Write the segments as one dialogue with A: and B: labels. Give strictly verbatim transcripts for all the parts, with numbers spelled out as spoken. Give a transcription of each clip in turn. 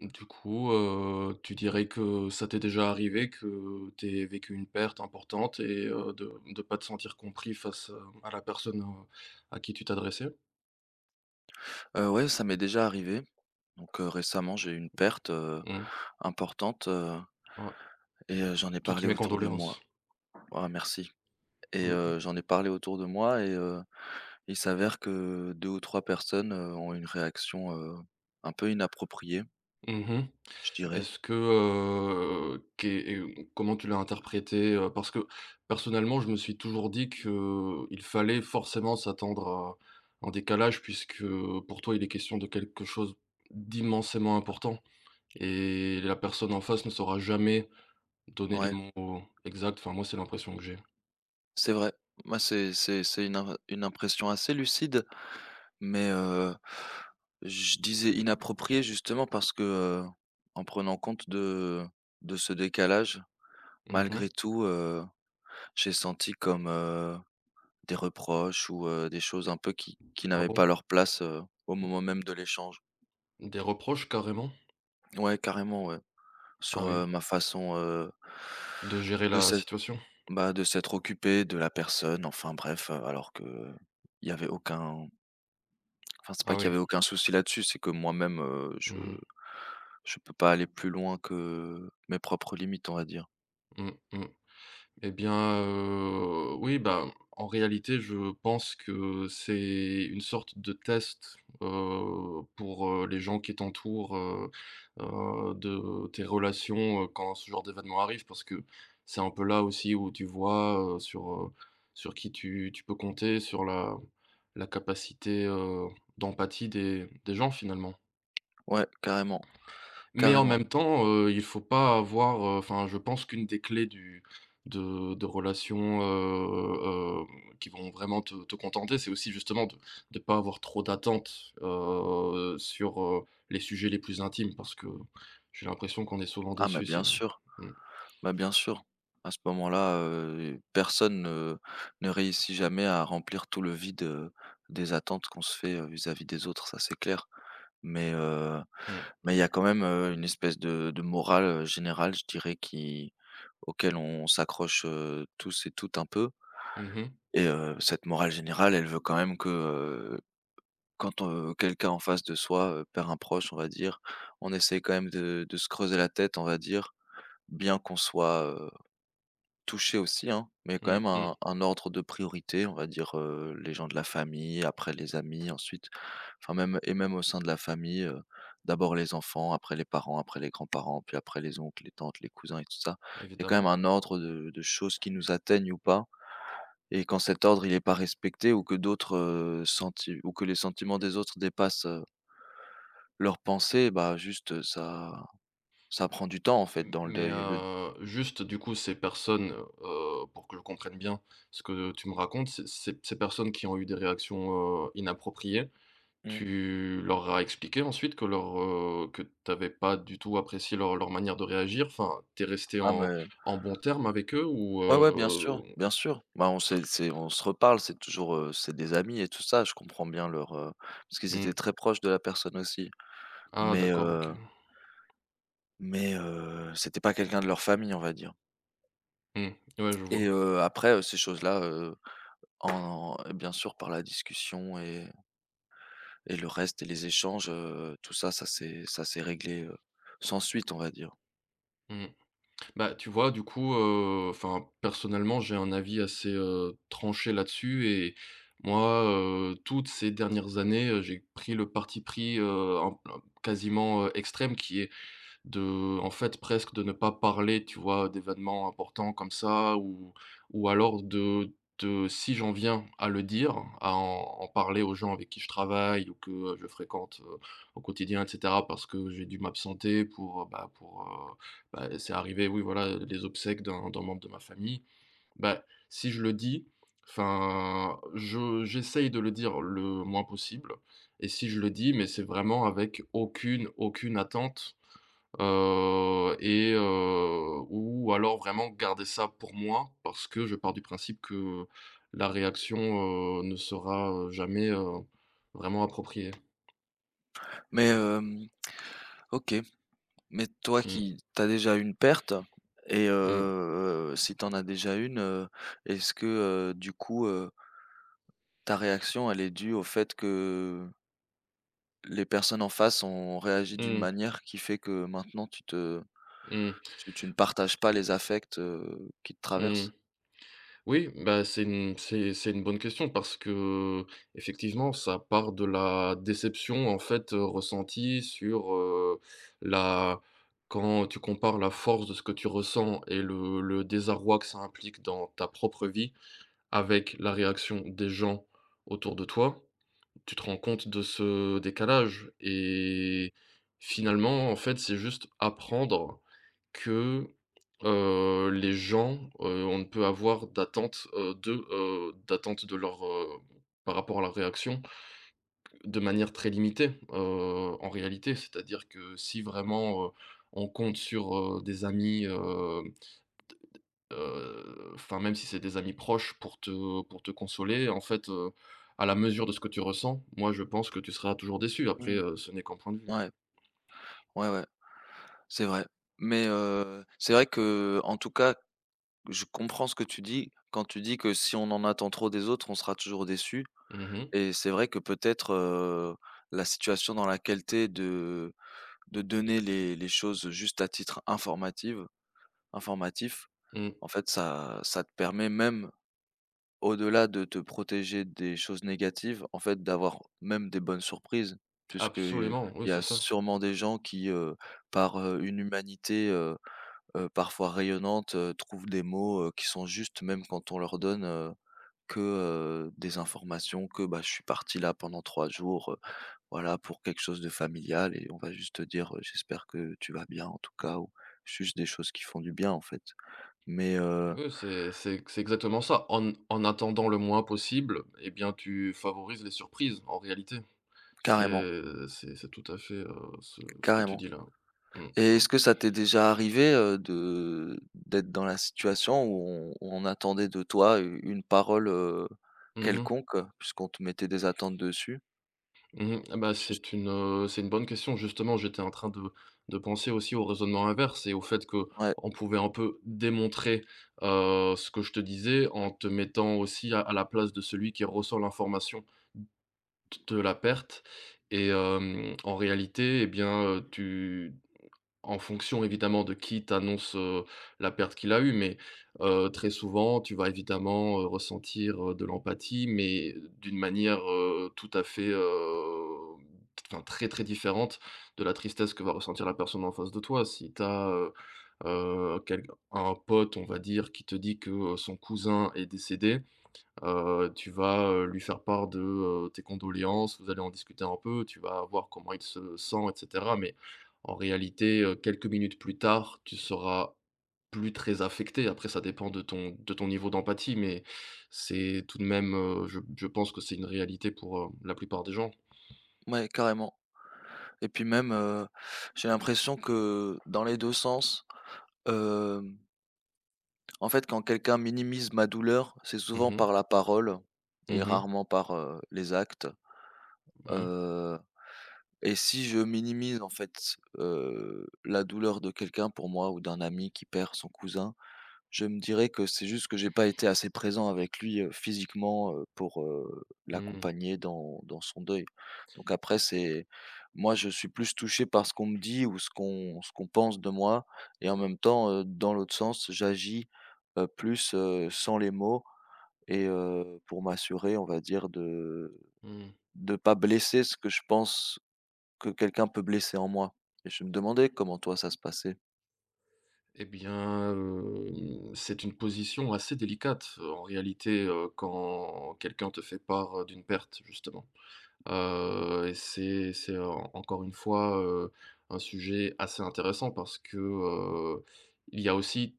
A: Du coup, heu, tu dirais que ça t'est déjà arrivé que tu vécu une perte importante et heu, de ne pas te sentir compris face, heu, à la personne, heu, à qui tu t'adressais?
B: Heu, ouais, ça m'est déjà arrivé. Donc, heu, récemment, j'ai eu une perte, heu,
A: Mmh.
B: importante, heu
A: Ouais.
B: et heu, j'en ai
A: Toutes
B: parlé
A: mes
B: autour de moi.
A: condoléances.
B: Ah merci et
A: Mmh mh.
B: heu, j'en ai parlé autour de moi et heu, il s'avère que deux ou trois personnes, heu, ont une réaction, heu, un peu inappropriée,
A: Mmh.
B: je dirais.
A: Est-ce que, heu, qu'est et comment tu l'as interprété, heu? Parce que personnellement, je me suis toujours dit qu'il fallait forcément s'attendre à un décalage puisque, pour toi, il est question de quelque chose d'immensément important. Et la personne en face ne saura jamais donner les
B: Ouais,
A: mots exacts, enfin moi c'est l'impression que j'ai.
B: c'est vrai. Moi, c'est c'est c'est une im une impression assez lucide, mais, heu, je disais inappropriée justement parce que, heu, en prenant compte de de ce décalage,
A: Mmh.
B: malgré tout, heu j'ai senti comme, heu, des reproches ou, heu, des choses un peu qui qui
A: Ah
B: n'avaient
A: bon?
B: pas leur place, heu, au moment même de l'échange.
A: Des reproches carrément?
B: Ouais, carrément, ouais.
A: Ah
B: Sur,
A: oui.
B: heu, ma façon, heu
A: De gérer
B: de
A: la
B: s'être
A: situation?
B: bah, de s'être occupé de la personne, enfin bref, heu, alors que il y avait aucun enfin, c'est pas
A: Ah
B: qu'il y
A: oui.
B: avait aucun souci là-dessus, c'est que moi-même, heu, je
A: Mmh mh.
B: je peux pas aller plus loin que mes propres limites, on va dire.
A: Mmh mmh. Eh bien, heu, oui, bah, en réalité, je pense que c'est une sorte de test, heu, pour, heu, les gens qui t'entourent, heu heu, de tes relations, heu, quand ce genre d'événement arrive. Parce que c'est un peu là aussi où tu vois, heu, sur, heu, sur qui tu tu peux compter, sur la la capacité, heu, d'empathie des des gens finalement.
B: Ouais, carrément,
A: Mais en
B: carrément.
A: même temps, heu, il faut pas avoir, heu, enfin, je pense qu'une des clés du de de relations, heu, hem, qui vont vraiment te te contenter, c'est aussi justement de de pas avoir trop d'attentes, heu, sur, heu, les sujets les plus intimes parce que j'ai l'impression qu'on est souvent
B: Ah mais
A: déçus
B: bien
A: sinon.
B: sûr.
A: Mmh,
B: Bah, bien sûr. À ce moment-là, heu, personne ne ne réussit jamais à remplir tout le vide, heu, des attentes qu'on se fait, heu, vis-à-vis des autres, ça c'est clair. Mais, heu,
A: mmh.
B: mais il y a quand même, heu, une espèce de de morale, heu, générale, je dirais, qui auquel on s'accroche, heu, tous et toutes un peu
A: Mmh mh.
B: et heu, cette morale générale, elle veut quand même que, heu, quand, heu, quelqu'un en face de soi, heu, perd un proche, on va dire, on essaye quand même de de se creuser la tête, on va dire, bien qu'on soit toucher aussi, hein, mais quand même
A: Mmh.
B: un un ordre de priorité, on va dire, heu, les gens de la famille, après les amis, ensuite enfin même et même au sein de la famille, heu, d'abord les enfants, après les parents, après les grands-parents, puis après les oncles, les tantes, les cousins et tout ça. Il y a quand même
A: Évidemment.
B: un ordre de de choses qui nous atteignent ou pas et quand cet ordre il est pas respecté ou que d'autres, heu, senti ou que les sentiments des autres dépassent, heu, leurs pensées, bah, juste, heu, ça ça prend du temps en fait
A: M
B: dans le
A: mais,
B: deuil. Le
A: heu, juste du coup ces personnes, heu, pour que je comprenne bien ce que tu me racontes, c'est ces ces personnes qui ont eu des réactions, heu, inappropriées.
B: mmh.
A: Tu leur as expliqué ensuite que leur, heu, que t'avais pas du tout apprécié leur leur manière de réagir? Enfin, t'es resté
B: Ah
A: en
B: mais
A: en bons termes avec eux ou,
B: ouais, ouais, bien sûr,
A: heu?
B: bien sûr. Bah, on s'est c'est on se reparle, c'est toujours, heu, c'est des amis et tout ça, je comprends bien leur, heu parce qu'ils étaient
A: Mmh.
B: très proches de la personne aussi.
A: Ah
B: Mais,
A: d'accord, OK.
B: heu mais, heu, c'était pas quelqu'un de leur famille, on va dire.
A: Mmh. Ouais, je
B: Et,
A: vois.
B: heu, après, heu, ces choses-là, heu, en en- bien sûr par la discussion et et le reste et les échanges, heu, tout ça, ça s'est ça s'est réglé, heu, sans suite, on va dire.
A: Mmh. Bah, tu vois, du coup, heu, enfin, personnellement, j'ai un avis assez, heu, tranché là-dessus et moi, heu, toutes ces dernières années, heu, j'ai pris le parti pris, heu, un un quasiment, heu, extrême qui est De en fait, presque de ne pas parler, tu vois, d'événements importants comme ça ou ou alors de de si j'en viens à le dire, à en en parler aux gens avec qui je travaille ou que, heu, je fréquente, heu, au quotidien et cetera parce que j'ai dû m'absenter pour, heu, bah, pour, heu, bah, c'est arrivé, oui, voilà, les obsèques d'un d'un membre de ma famille. Bah, si je le dis, enfin, je j'essaye de le dire le moins possible et si je le dis, mais c'est vraiment avec aucune, aucune attente. Heu et heu, ou alors vraiment garder ça pour moi parce que je pars du principe que la réaction, heu, ne sera, heu, jamais, heu, vraiment appropriée.
B: Mais, hem, OK. Mais toi
A: Mmh.
B: qui t'as déjà une perte et
A: Mmh.
B: heu, si t'en as déjà une, heu, est-ce que, heu, du coup, heu, ta réaction, elle est due au fait que les personnes en face ont réagi d'une
A: Mmh.
B: manière qui fait que maintenant tu te
A: Mmh.
B: tu tu ne partages pas les affects, heu, qui te traversent?
A: Mmh. Oui, bah, c'est une c'est c'est une bonne question parce que effectivement ça part de la déception, en fait, heu, ressentie sur, heu, la quand tu compares la force de ce que tu ressens et le le désarroi que ça implique dans ta propre vie avec la réaction des gens autour de toi, tu te rends compte de ce décalage et finalement, en fait, c'est juste apprendre que, heu, les gens, heu, on ne peut avoir d'attente, heu, d'eux, heu, d'attente de leur, heu, par rapport à leur réaction, de manière très limitée, heu, en réalité. C'est-à-dire que si vraiment, heu, on compte sur, heu, des amis, heu Heu, enfin, même si c'est des amis proches pour te pour te consoler, en fait, heu, à la mesure de ce que tu ressens, moi, je pense que tu seras toujours déçu. Après,
B: Mmh.
A: heu, ce n'est qu'un point de vue.
B: Ouais, ouais, ouais, c'est vrai. Mais heu, c'est vrai que en tout cas, je comprends ce que tu dis, quand tu dis que si on en attend trop des autres, on sera toujours déçu.
A: Mmh mh.
B: Et c'est vrai que peut-être, heu, la situation dans laquelle tu es de de donner les les choses juste à titre informative informatif,
A: Mmh.
B: en fait, ça ça te permet même au-delà de te protéger des choses négatives, en fait, d'avoir même des bonnes surprises. Puisque, il
A: Absolument, oui,
B: y a
A: c'est ça.
B: sûrement des gens qui, heu, par, heu, une humanité, heu heu, parfois rayonnante, heu, trouvent des mots, heu, qui sont justes même quand on leur donne, que, heu, des informations que, bah, je suis parti là pendant trois jours, heu, voilà, pour quelque chose de familial et on va juste te dire, heu: «J'espère que tu vas bien en tout cas» ou juste des choses qui font du bien en fait. Mais, heu,
A: Oui, c'est c'est c'est exactement ça. En en attendant le moins possible, eh bien, tu favorises les surprises, en réalité.
B: carrément,
A: C'est c'est c'est tout à fait, heu, ce ce que tu
B: carrément.
A: dis là. Mmh
B: Et
A: mh.
B: est-ce que ça t'est déjà arrivé, heu, de d'être dans la situation où on où on attendait de toi u une parole, heu,
A: Mmh.
B: quelconque, euh, puisqu'on te mettait des attentes dessus?
A: Mmh. Ah bah,
B: Juste
A: c'est une, heu, c'est une bonne question. Justement, j'étais en train de de penser aussi au raisonnement inverse et au fait qu'on
B: ouais,
A: pouvait un peu démontrer, heu, ce que je te disais en te mettant aussi à à la place de celui qui reçoit l'information, de la perte et hem, en réalité, eh bien, heu, tu en fonction évidemment de qui t'annonce, heu, la perte qu'il a eue, mais, heu, très souvent tu vas évidemment, heu, ressentir, heu, de l'empathie, mais d'une manière, heu, tout à fait, heu, enfin très, très différente de la tristesse que va ressentir la personne en face de toi. Si tu as, un pote, on va dire, qui te dit que, heu, son cousin est décédé, Heu, tu vas, heu, lui faire part de, heu, tes condoléances, vous allez en discuter un peu, tu vas voir comment il se sent et cetera mais en réalité, heu, quelques minutes plus tard, tu seras plus très affecté. Après ça dépend de ton de ton niveau d'empathie mais c'est tout de même, heu, je je pense que c'est une réalité pour, heu, la plupart des gens.
B: ouais, carrément. Et puis même, heu, j'ai l'impression que dans les deux sens Hem, en fait, quand quelqu'un minimise ma douleur, c'est
A: Mmh
B: souvent
A: mh.
B: par la parole et
A: Mmh mh.
B: rarement par, heu, les actes.
A: Mmh.
B: Heu et si je minimise, en fait, heu, la douleur de quelqu'un pour moi ou d'un ami qui perd son cousin je me dirais que c'est juste que j'ai pas été assez présent avec lui, heu, physiquement, heu, pour, heu,
A: Mmh.
B: l'accompagner dans dans son deuil. Donc après c'est moi je suis plus touché par ce qu'on me dit ou ce qu'on ce qu'on pense de moi et en même temps, heu, dans l'autre sens, j'agis, heu, plus, heu, sans les mots et heu, pour m'assurer, on va dire, de
A: Mmh.
B: de pas blesser ce que je pense que quelqu'un peut blesser en moi et je me demandais comment toi ça se passait?
A: Et bien, hem, c'est une position assez délicate, heu, en réalité, heu, quand quelqu'un te fait part, heu, d'une perte justement. Heu et c'est c'est en encore une fois, heu, un sujet assez intéressant parce que, heu, il y a aussi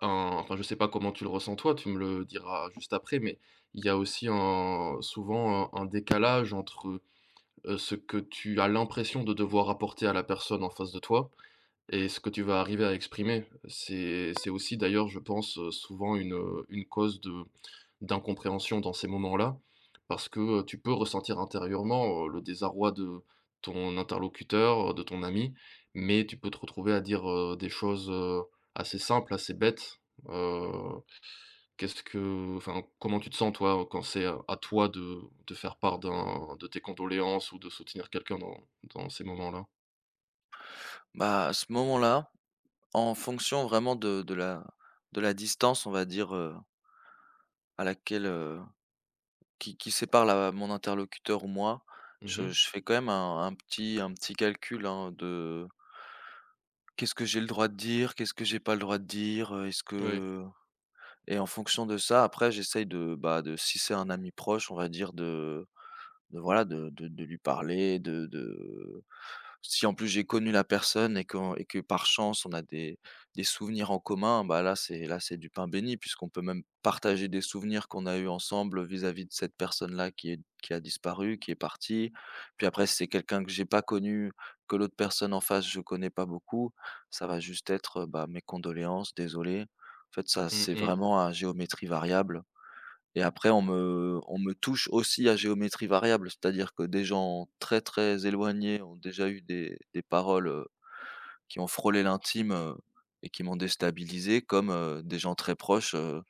A: un enfin je sais pas comment tu le ressens toi, tu me le diras juste après, mais il y a aussi un souvent un un décalage entre, heu, ce que tu as l'impression de devoir apporter à la personne en face de toi et ce que tu vas arriver à exprimer, c'est c'est aussi d'ailleurs, je pense, heu, souvent une, heu, une cause de d'incompréhension dans ces moments-là. Parce que, heu, tu peux ressentir intérieurement, heu, le désarroi de ton interlocuteur, heu, de ton ami, mais tu peux te retrouver à dire, heu, des choses, heu, assez simples, assez bêtes. Heu, qu'est-ce que Enfin, comment tu te sens toi, quand c'est, heu, à toi de de faire part d'un de tes condoléances ou de soutenir quelqu'un dans dans ces moments-là?
B: Bah, à ce moment-là en fonction vraiment de de la de la distance, on va dire, heu, à laquelle, heu, qui qui sépare la mon interlocuteur ou moi, je
A: Mmh.
B: je fais quand même un un petit un petit calcul, hein, de: «Qu'est-ce que j'ai le droit de dire? Qu'est-ce que j'ai pas le droit de dire? Heu, est-ce
A: Oui.
B: que» et en fonction de ça, après, j'essaye de, bah, de si c'est un ami proche, on va dire de de voilà, de de de lui parler, de de si en plus j'ai connu la personne et qu'on et que par chance on a des des souvenirs en commun, bah, là c'est là c'est du pain béni puisqu'on peut même partager des souvenirs qu'on a eus ensemble vis-à-vis de cette personne-là qui est qui a disparu, qui est partie. Puis après, si c'est quelqu'un que j'ai pas connu, que l'autre personne en face, je connais pas beaucoup, ça va juste être, bah, mes condoléances, désolé. En fait, ça
A: Mmh
B: c'est
A: mh.
B: vraiment à géométrie variable. Et après on me on me touche aussi à géométrie variable, c'est-à-dire que des gens très, très éloignés ont déjà eu des des paroles, heu, qui ont frôlé l'intime, heu, et qui m'ont déstabilisé comme, heu, des gens très proches, heu,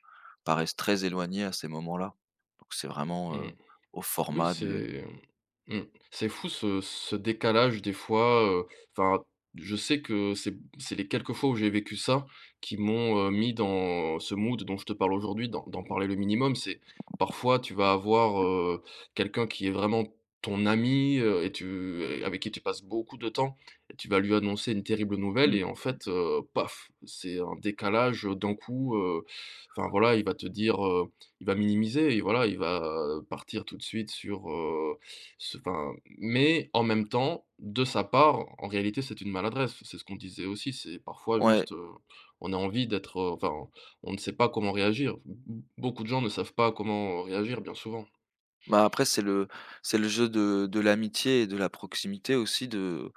B: paraissent très éloignés à ces moments-là. Donc c'est vraiment,
A: Mmh.
B: heu, au
A: Oui,
B: format de
A: c'est mmh, c'est fou ce ce décalage des fois, heu, enfin, je sais que c'est c'est les quelques fois où j'ai vécu ça qui m'ont, heu, mis dans ce mood dont je te parle aujourd'hui, d'en d'en parler le minimum. C'est parfois tu vas avoir, heu, quelqu'un qui est vraiment ton ami, heu, et tu et avec qui tu passes beaucoup de temps et tu vas lui annoncer une terrible nouvelle
B: mmh,
A: et en fait, heu, paf, c'est un décalage, d'un coup, heu, enfin voilà, il va te dire, il va minimiser et voilà, il va partir tout de suite sur, heu, ce enfin mais en même temps, de sa part, en réalité, c'est une maladresse. C'est ce qu'on disait aussi, c'est parfois
B: ouais,
A: juste, heu, on a envie d'être, heu, enfin, on ne sait pas comment réagir. B beaucoup de gens ne savent pas comment réagir bien souvent.
B: bah, après c'est le c'est le jeu de de l'amitié et de la proximité aussi de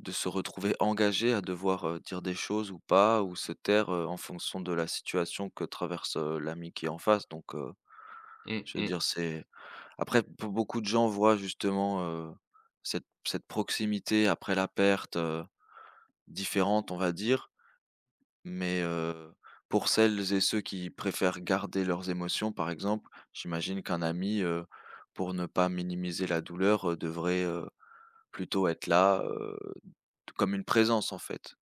B: de se retrouver engagé à devoir, heu, dire des choses ou pas ou se taire, heu, en fonction de la situation que traverse, heu, l'ami qui est en face donc heu,
A: Mmh
B: je veux
A: mh,
B: dire c'est après be beaucoup de gens voient justement, heu, cette cette proximité après la perte, heu, différente on va dire, mais heu, pour celles et ceux qui préfèrent garder leurs émotions par exemple, j'imagine qu'un ami, heu, pour ne pas minimiser la douleur, heu, devrait, heu, plutôt être là, heu, comme une présence en fait.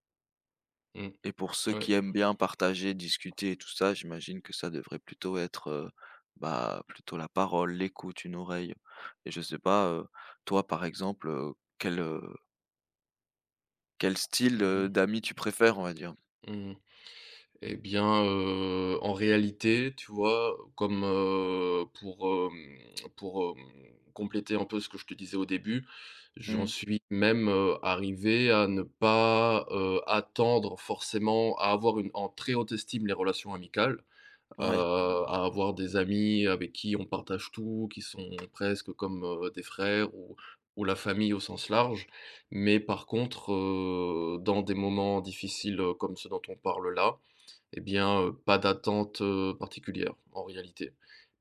A: mmh.
B: Et pour ceux
A: Ouais.
B: qui aiment bien partager, discuter et tout ça, j'imagine que ça devrait plutôt être, heu, bah, plutôt la parole, l'écoute, une oreille et je sais pas, heu, toi par exemple, heu, quel, heu, quel style,
A: Mmh mh.
B: heu, d'amis tu préfères, on va dire?
A: Mmh mh. Eh bien, heu, en réalité, tu vois, comme, heu, pour, hem, pour, hem, compléter un peu ce que je te disais au début, j'en
B: Mmh,
A: suis même, heu, arrivé à ne pas, heu, attendre forcément à avoir une en très haute estime les relations amicales,
B: ouais,
A: heu, à avoir des amis avec qui on partage tout, qui sont presque comme, heu, des frères ou ou la famille au sens large. Mais par contre, heu, dans des moments difficiles, heu, comme ceux dont on parle là, eh bien, heu, pas d'attente, heu, particulière, en réalité.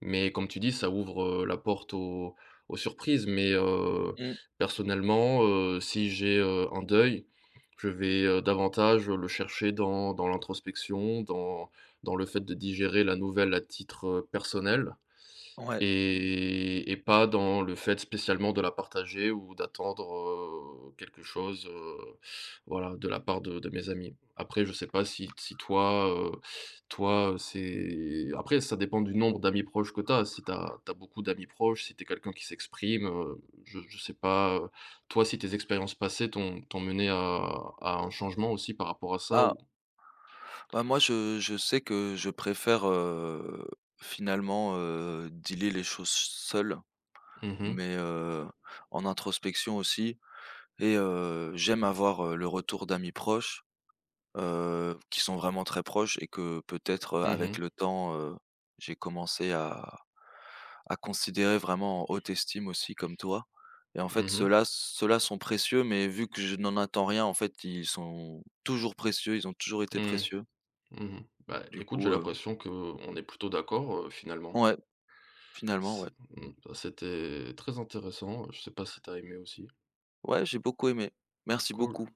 A: Mais comme tu dis, ça ouvre, heu, la porte aux aux surprises. Mais, heu,
B: mmh,
A: personnellement, heu, si j'ai, heu, un deuil, je vais, heu, davantage, le chercher dans dans l'introspection, dans dans le fait de digérer la nouvelle à titre, heu, personnel.
B: ouais.
A: Et et pas dans le fait spécialement de la partager ou d'attendre, heu, quelque chose, heu, voilà, de la part de de mes amis. Après, je sais pas si si toi, heu, toi, heu, c'est après ça dépend du nombre d'amis proches que tu as. Si tu as beaucoup d'amis proches, si tu es quelqu'un qui s'exprime, heu, je je sais pas, heu, toi, si tes expériences passées t'ont t'ont mené à à un changement aussi par rapport à ça
B: Ah,
A: ou?
B: bah, moi je je sais que je préfère, heu, finalement, heu, dealer les choses seul,
A: Mmh mh.
B: mais heu, en introspection aussi et heu, j'aime avoir, heu, le retour d'amis proches. Heu, qui sont vraiment très proches et que peut-être, heu,
A: Mmh
B: avec
A: mh.
B: le temps, heu, j'ai commencé à à considérer vraiment en haute estime aussi comme toi et en fait
A: Mmh.
B: ceux-là ceux-là sont précieux mais vu que je n'en attends rien, en fait, ils sont toujours précieux, ils ont toujours été
A: Mmh.
B: précieux.
A: Mmh. Bah,
B: Du
A: écoute, j'ai
B: coup, heu
A: l'impression que on est plutôt d'accord, heu, finalement.
B: ouais, finalement,
A: C
B: ouais.
A: mmh, bah, c'était très intéressant, je sais pas si t'as aimé aussi.
B: Ouais, j'ai beaucoup aimé. Merci
A: Cool.
B: beaucoup.